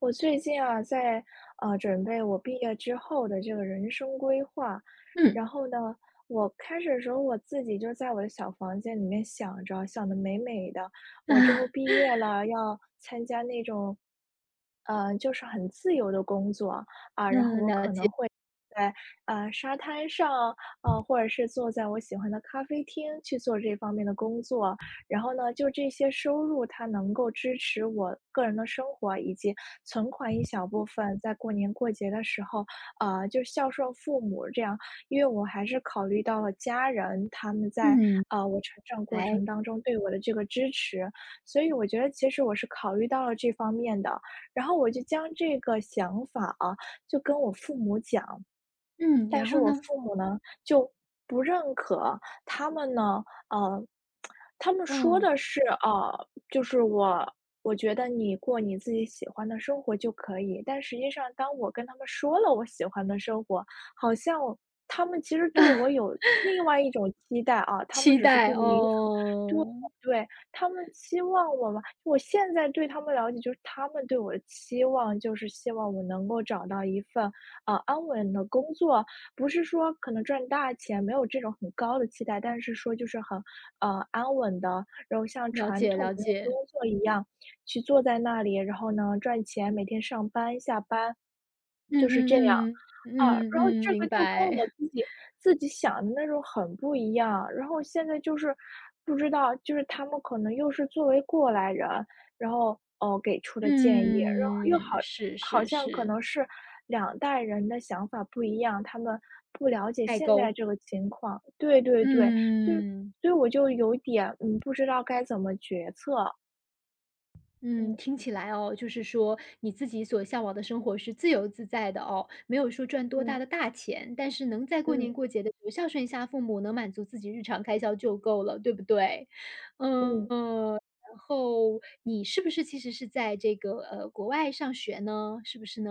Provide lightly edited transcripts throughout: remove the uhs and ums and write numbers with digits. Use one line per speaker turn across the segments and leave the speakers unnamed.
我最近啊，在准备我毕业之后的这个人生规划。
嗯，
然后呢，我开始的时候我自己就在我的小房间里面想着，想的美美的，我之后 毕业了要参加那种，就是很自由的工作啊，然后。
嗯，了解，
能会在沙滩上，或者是坐在我喜欢的咖啡厅去做这方面的工作。然后呢，就这些收入，它能够支持我个人的生活，以及存款一小部分，在过年过节的时候，就孝顺父母这样。因为我还是考虑到了家人他们在
嗯，
我成长过
来，
程当中对我的这个支持，所以我觉得其实我是考虑到了这方面的。然后我就将这个想法啊。就跟我父母讲，
嗯，
但
然
是
后
我
呢？
父母呢，就不认可。他们呢，呃，他们说
哦，
的是，就是我觉得你过你自己喜欢的生活就可以。但实际上，当我跟他们说了我喜欢的生活，好像他们其实对我有 另外一种期待啊，他们
期
只是
待，
不明说。对
哦，
对，他们期望我嘛，我现在对他们了解，就是他们对我的期望，就是希望我能够找到一份，安稳的工作，不是说可能赚大钱，没有这种很高的期待，但是说就是很，安稳的，然后像
了
传
解
统
了
那种工
解，
作一样，去坐在那里，然后呢赚钱，每天上班下班。就
嗯
是
嗯
这样。
嗯，
啊，
嗯
然后
嗯，
这个
明
就跟我
白，
自己想的那种很不一样，然后现在就是不知道，就是他们可能又是作为过来人，然后，哦，给出的建议，然后又好
嗯，是
好
是
像可
是，
能是两代人的想法不一样，他们不了解
代
现在
沟，
这个情况。对对对，所以
嗯。
所以我就有点，不知道该怎么决策。
嗯，
嗯，
听起来哦，就是说你自己所向往的生活是自由自在的哦，没有说赚多大
嗯，
的大钱，但是能在过年
嗯，
过节的时候孝顺一下父母，能满足自己日常开销就够了，对不对？嗯，
嗯，
然后你是不是其实是在这个国外上学呢？是不是呢？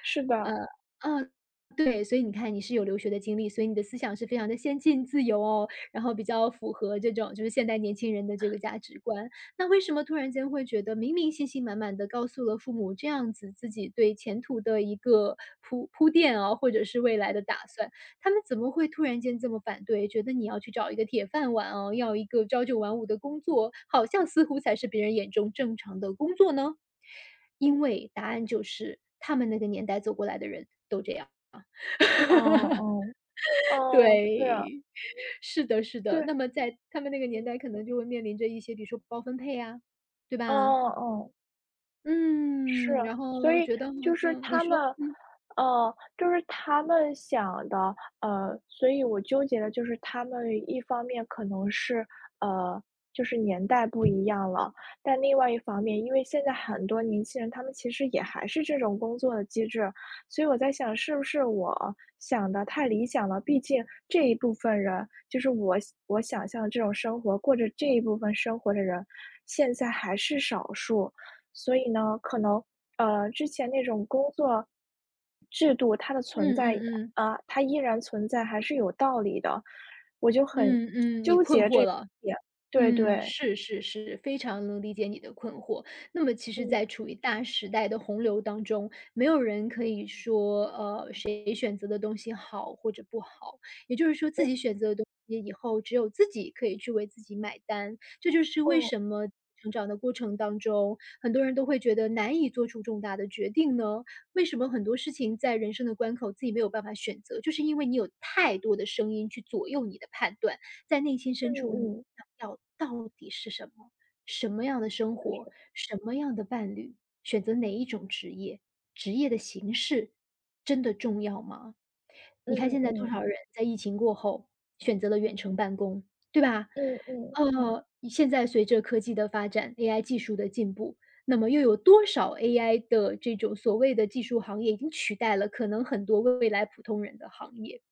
是的，
嗯，对，所以你看你是有留学的经历，所以你的思想是非常的先进、自由哦，然后比较符合这种就是现代年轻人的这个价值观。那为什么突然间会觉得明明信心满满的告诉了父母这样子自己对前途的一个铺垫啊，或者是未来的打算，他们怎么会突然间这么反对？觉得你要去找一个铁饭碗哦，要一个朝九晚五的工作，好像似乎才是别人眼中正常的工作呢？因为答案就是他们那个年代走过来的人。
哦哦哦是。
对，是的是的。
对，
那么在他们那个年
嗯，
代可能就会面临着一些，比如说包分配啊，对
哦
吧？
哦，是，
嗯，然
所
后
以
觉得好
就是
像你
他
说
们，就是他们想的，所以我纠结的就是他们一方面可能是，呃，就是年代不一样了，但另外一方面，因为现在很多年轻人他们其实也还是这种工作的机制，所以我在想是不是我想的太理想了？毕竟这一部分人，就是我想象这种生活，过着这一部分生活的人，现在还是少数。所以呢，可能，之前那种工作制度，它的存
嗯
在，
嗯嗯，
啊，它依然存在还是有道理的，我就很
嗯嗯，你
纠
困
结
惑
这
了。
点。对
嗯，
对，
是是是，非常能理解你的困惑。那么其实
嗯
在处于大时代的洪流当中，没有人可以说，谁选择的东西好或者不好，也就是说自己选择的东西以后只有自己可以去为自己买单。这就是为
嗯
什么成长的过程当中，很多人都会觉得难以做出重大的决定呢？为什么很多事情在人生的关口自己没有办法选择，就是因为你有太多的声音去左右你的判断。在内心
嗯
深处，你
嗯
想要到底是什么？什么样的生活？什么样的伴侣？选择哪一种职业？职业的形式真的重要吗？你看
嗯，
现在
嗯
多
嗯
少人在疫情过后选择了远程办公，对吧？
嗯嗯，
现在随着科技的发展，AI 技术的进步，那么又有多少 AI 的这种所谓的技术行业已经取代了可能很多未来普通人的行业？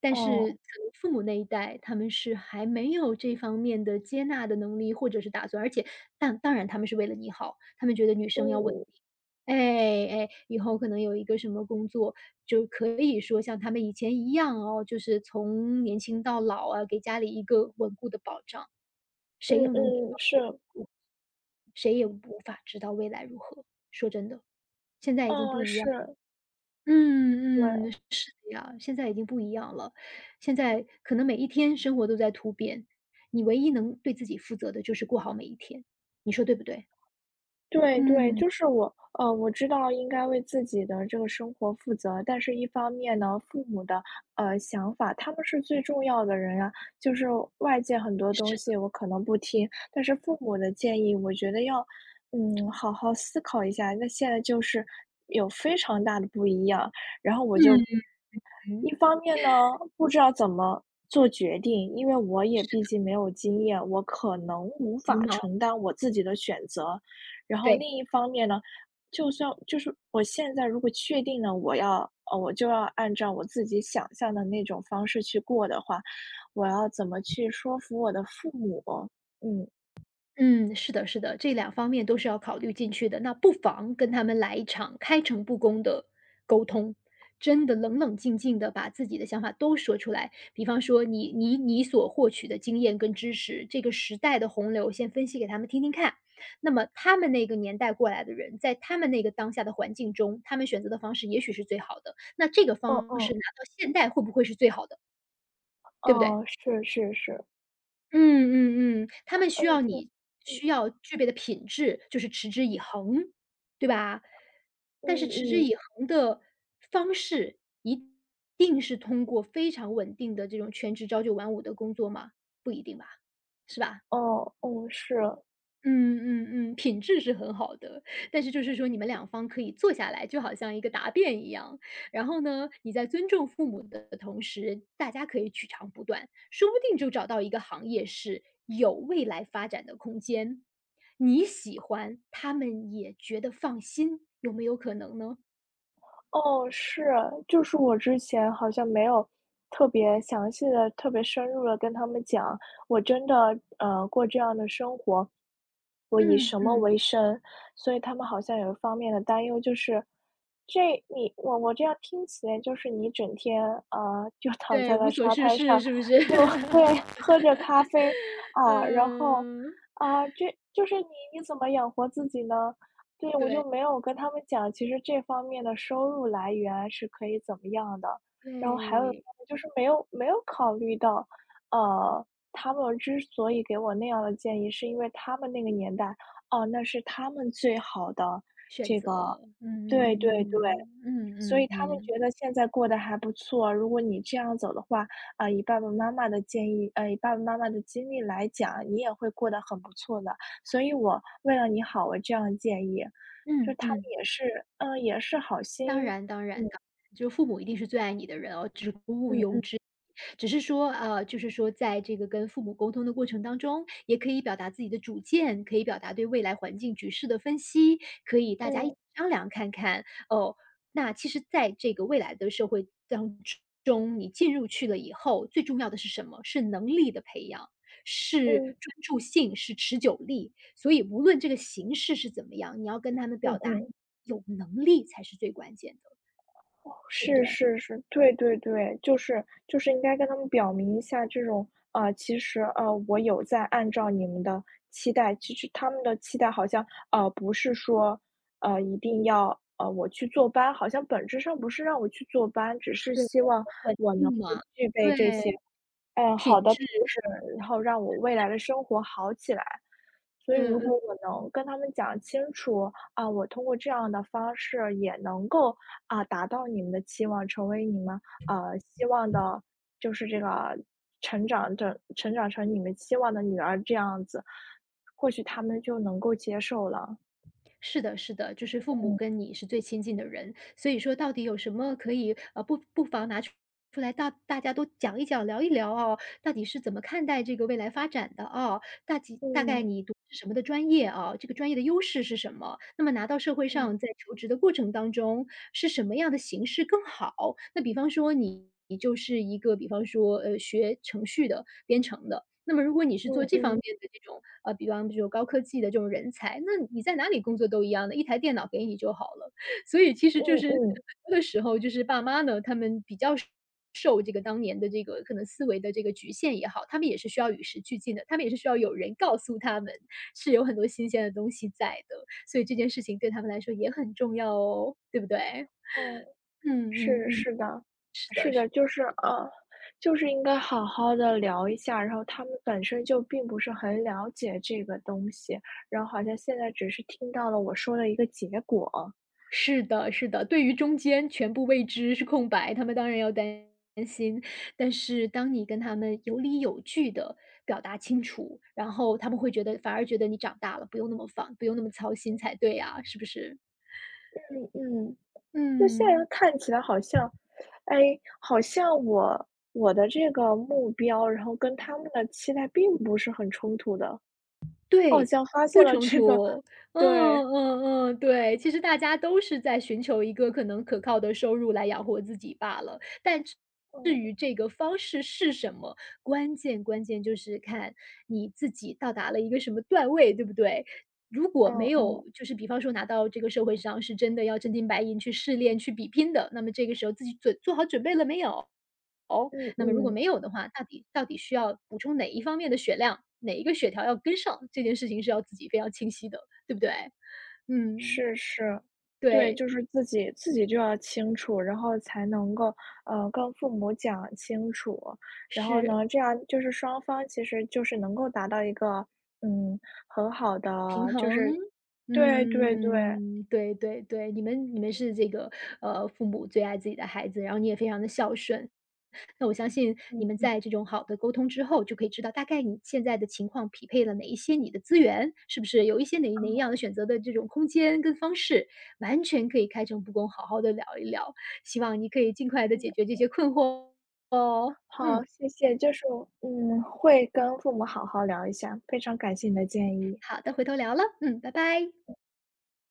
但是
哦，
可能父母那一代，他们是还没有这方面的接纳的能力或者是打算，而且但当然他们是为了你好，他们觉得女生要稳
嗯
定。哎，哎，以后可能有一个什么工作，就可以说像他们以前一样哦，就是从年轻到老啊，给家里一个稳固的保障。谁
嗯
又能知
嗯，嗯
道，
是，
谁也无法知道未来如何，说真的，现在已经不
嗯，
一样
是，
嗯
对。
嗯，是的呀，现在已经不一样了。现在可能每一天生活都在突变，你唯一能对自己负责的就是过好每一天，你说对不对？
对对，
嗯，
就是我，我知道应该为自己的这个生活负责，但是一方面呢，父母的想法，他们是最重要的人啊，就是外界很多东
是的，
西我可能不听，但是父母的建议，我觉得要好好思考一下。那现在就是有非常大的不一样，然后我就一
嗯，
方面呢，不知道怎么做决定，因为我也毕
是，
竟没有经验，我可能无
迷
法
茫，
承担我自己的选择。然后另
对。
一方面呢，就算就是我现在如果确定了我要我就要按照我自己想象的那种方式去过的话，我要怎么去说服我的父母？嗯，
嗯，是的，是的，这两方面都是要考虑进去的。那不妨跟他们来一场开诚布公的沟通，真的冷冷静静的把自己的想法都说出来。比方说你，你你所获取的经验跟知识，这个时代的洪流，先分析给他们听听看。那么他们那个年代过来的人，在他们那个当下的环境中，他们选择的方式也许是最好的。那这个
嗯
方
嗯，
式拿到现代会不会是最好的，对不对？
哦，是是是，
嗯嗯嗯，他们需
嗯
要
嗯
你
嗯
需要具备的品质就是持之以恒，对吧？
嗯
但是持之
嗯，
以恒的方式一定是通过非常稳定的这种全职朝九晚五的工作吗？不一定吧，是吧？
哦，哦是。
嗯嗯嗯，品质是很好的，但是就是说你们两方可以坐下来，就好像一个答辩一样。然后呢，你在尊重父母的同时，大家可以取长补短，说不定就找到一个行业是有未来发展的空间，你喜欢，他们也觉得放心，有没有可能呢？
哦，是，就是我之前好像没有特别详细的、特别深入的跟他们讲，我真的，过这样的生活，我以
嗯
什么
嗯，
为生，所以他们好像有一方面的担忧，就是这你我这样听起来就是你整天，啊，就躺在
对，无
了
所
沙
事
滩上，
事是不是？
就 会喝着 咖啡，啊，然后，
嗯，
啊，这就是你怎么养活自己呢？对，我就
对
没有跟他们讲，其实这方面的收入来源是可以怎么样的。然后还有一
对。
方面就是没有考虑到，呃，他们之所以给我那样的建议，是因为他们那个年代，哦，那是他们最好的
选
这个
择，嗯
对
嗯
对对。
嗯嗯嗯
所以
嗯，
他们
嗯
觉得现在过得还不错，如果你这样走的话，啊，以爸爸妈妈的建议，以爸爸妈妈的经历来讲，你也会过得很不错的，所以我为了你好，我这样建议。
嗯
就
嗯
他
嗯
们
嗯
也是，嗯，也是好
当
心，
然当
嗯，
然当然，就是父母一定是最爱你的人哦，这是毋
嗯
庸
嗯
置只是说，就是说在这个跟父母沟通的过程当中，也可以表达自己的主见，可以表达对未来环境局势的分析，可以大家一
嗯，
起商量看看。哦，那其实在这个未来的社会当中，你进入去了以后，最重要的是什么？是能力的培养，是
嗯，嗯
专注性，是持久力。所以无论这个形式是怎么样，你要跟他们
嗯
表
嗯
达
嗯
有能力才是最关键的，对不对？
是是是，对对对，就是应该跟他们表明一下这种啊，其实，我有在按照你们的期待，其实他们的期待好像，不是说，一定要，我去坐班，好像本质上不是让我去坐班，只是
对，
希望
稳
我能
定
够
嘛，
具备
对，
这些，好
品
的
质，
品质，然后让我未来的生活好起来。所以如
嗯
果
嗯
我能跟他们讲清楚，啊，我通过这样的方式也能够，啊，达到你们的期望，成为你们，希望的就是这个成长的，成长成你们期望的女儿这样子，或许他们就能够接受了。
是的，是的，就是父母跟你是最亲近的人，所以说到底有什么可以不妨拿出来大家都讲一讲、聊一聊哦，到底是怎么看待这个未来发展的哦，大概
嗯，
你读是什么的专业啊，这个专业的优势是什么？那么拿到社会
嗯，
上在求职的过程当中是什么样的形式更好？那比方说你。你就是一个，比方说，学程序的、编程的，那么如果你是做
嗯
这方
嗯，
面的这种，比方说高科技的这种人才，那你在哪里工作都一样的，一台电脑给你就好了。所以其实就
嗯
是很
嗯，
多的时候，就是爸妈呢，他们比较受这个当年的这个可能思维的这个局限也好，他们也是需要与时俱进的，他们也是需要有人告诉他们是有很多新鲜的东西在的，所以这件事情对他们来说也很重要哦，对不对？
哦，
嗯嗯
是
嗯，
是的，
是
是
的
的，
是
就是就是应该好好的聊一下，然后他们本身就并不是很了解这个东西，然后好像现在只是听到了我说的一个结果。
是的是的，对于中间全部未知是空白，他们当然要担心。但是当你跟他们有理有据的表达清楚，然后他们会觉得反而觉得你长大了，不用那么烦，不用那么操心才对啊，是不是？
嗯嗯，那现在
嗯。
看起来好像，哎，好像我的这个目标，然后跟他们的期待并不是很冲突的。我好
对，
像发现
不
了
冲
这个，
突。嗯
对，
嗯嗯，对，其实大家都是在寻求一个可能可靠的收入来养活自己罢了。但至至
嗯
于这个方式是什么，关键就是看你自己到达了一个什么段位，对不对？如果
嗯
没有
嗯
就是比方说拿到这个社会上是真的要真金白银去试炼、去比拼的，那么这个时候自己做好准备了没有？哦，
嗯
那么如果
嗯，
没有的话，到底需要补充哪一方面的血量，哪一个血条要跟上，这件事情是要自己非常清晰的，对不对？嗯，
是是，对，
对，
就是自己就要清楚，然后才能够跟父母讲清楚，然后
是。
呢，这样就是双方其实就是能够达到一个嗯很好的，
平
就
衡，
是对对对。
嗯，对对对，你们是这个，父母最爱自己的孩子，然后你也非常的孝顺。那我相信你们
嗯，
在这种好的沟通之后，就可以知道大概你现在的情况匹配了哪一些你的资源，是不是有一些哪一样
嗯
的选择的这种空间跟方式，完全可以开诚布公好好的聊一聊，希望你可以尽快的解
嗯，
决这些困惑哦。
好，
嗯，
谢谢，就是我会跟父母好好聊一下，非常感谢你的建议。
好的，回头聊了，嗯，拜拜。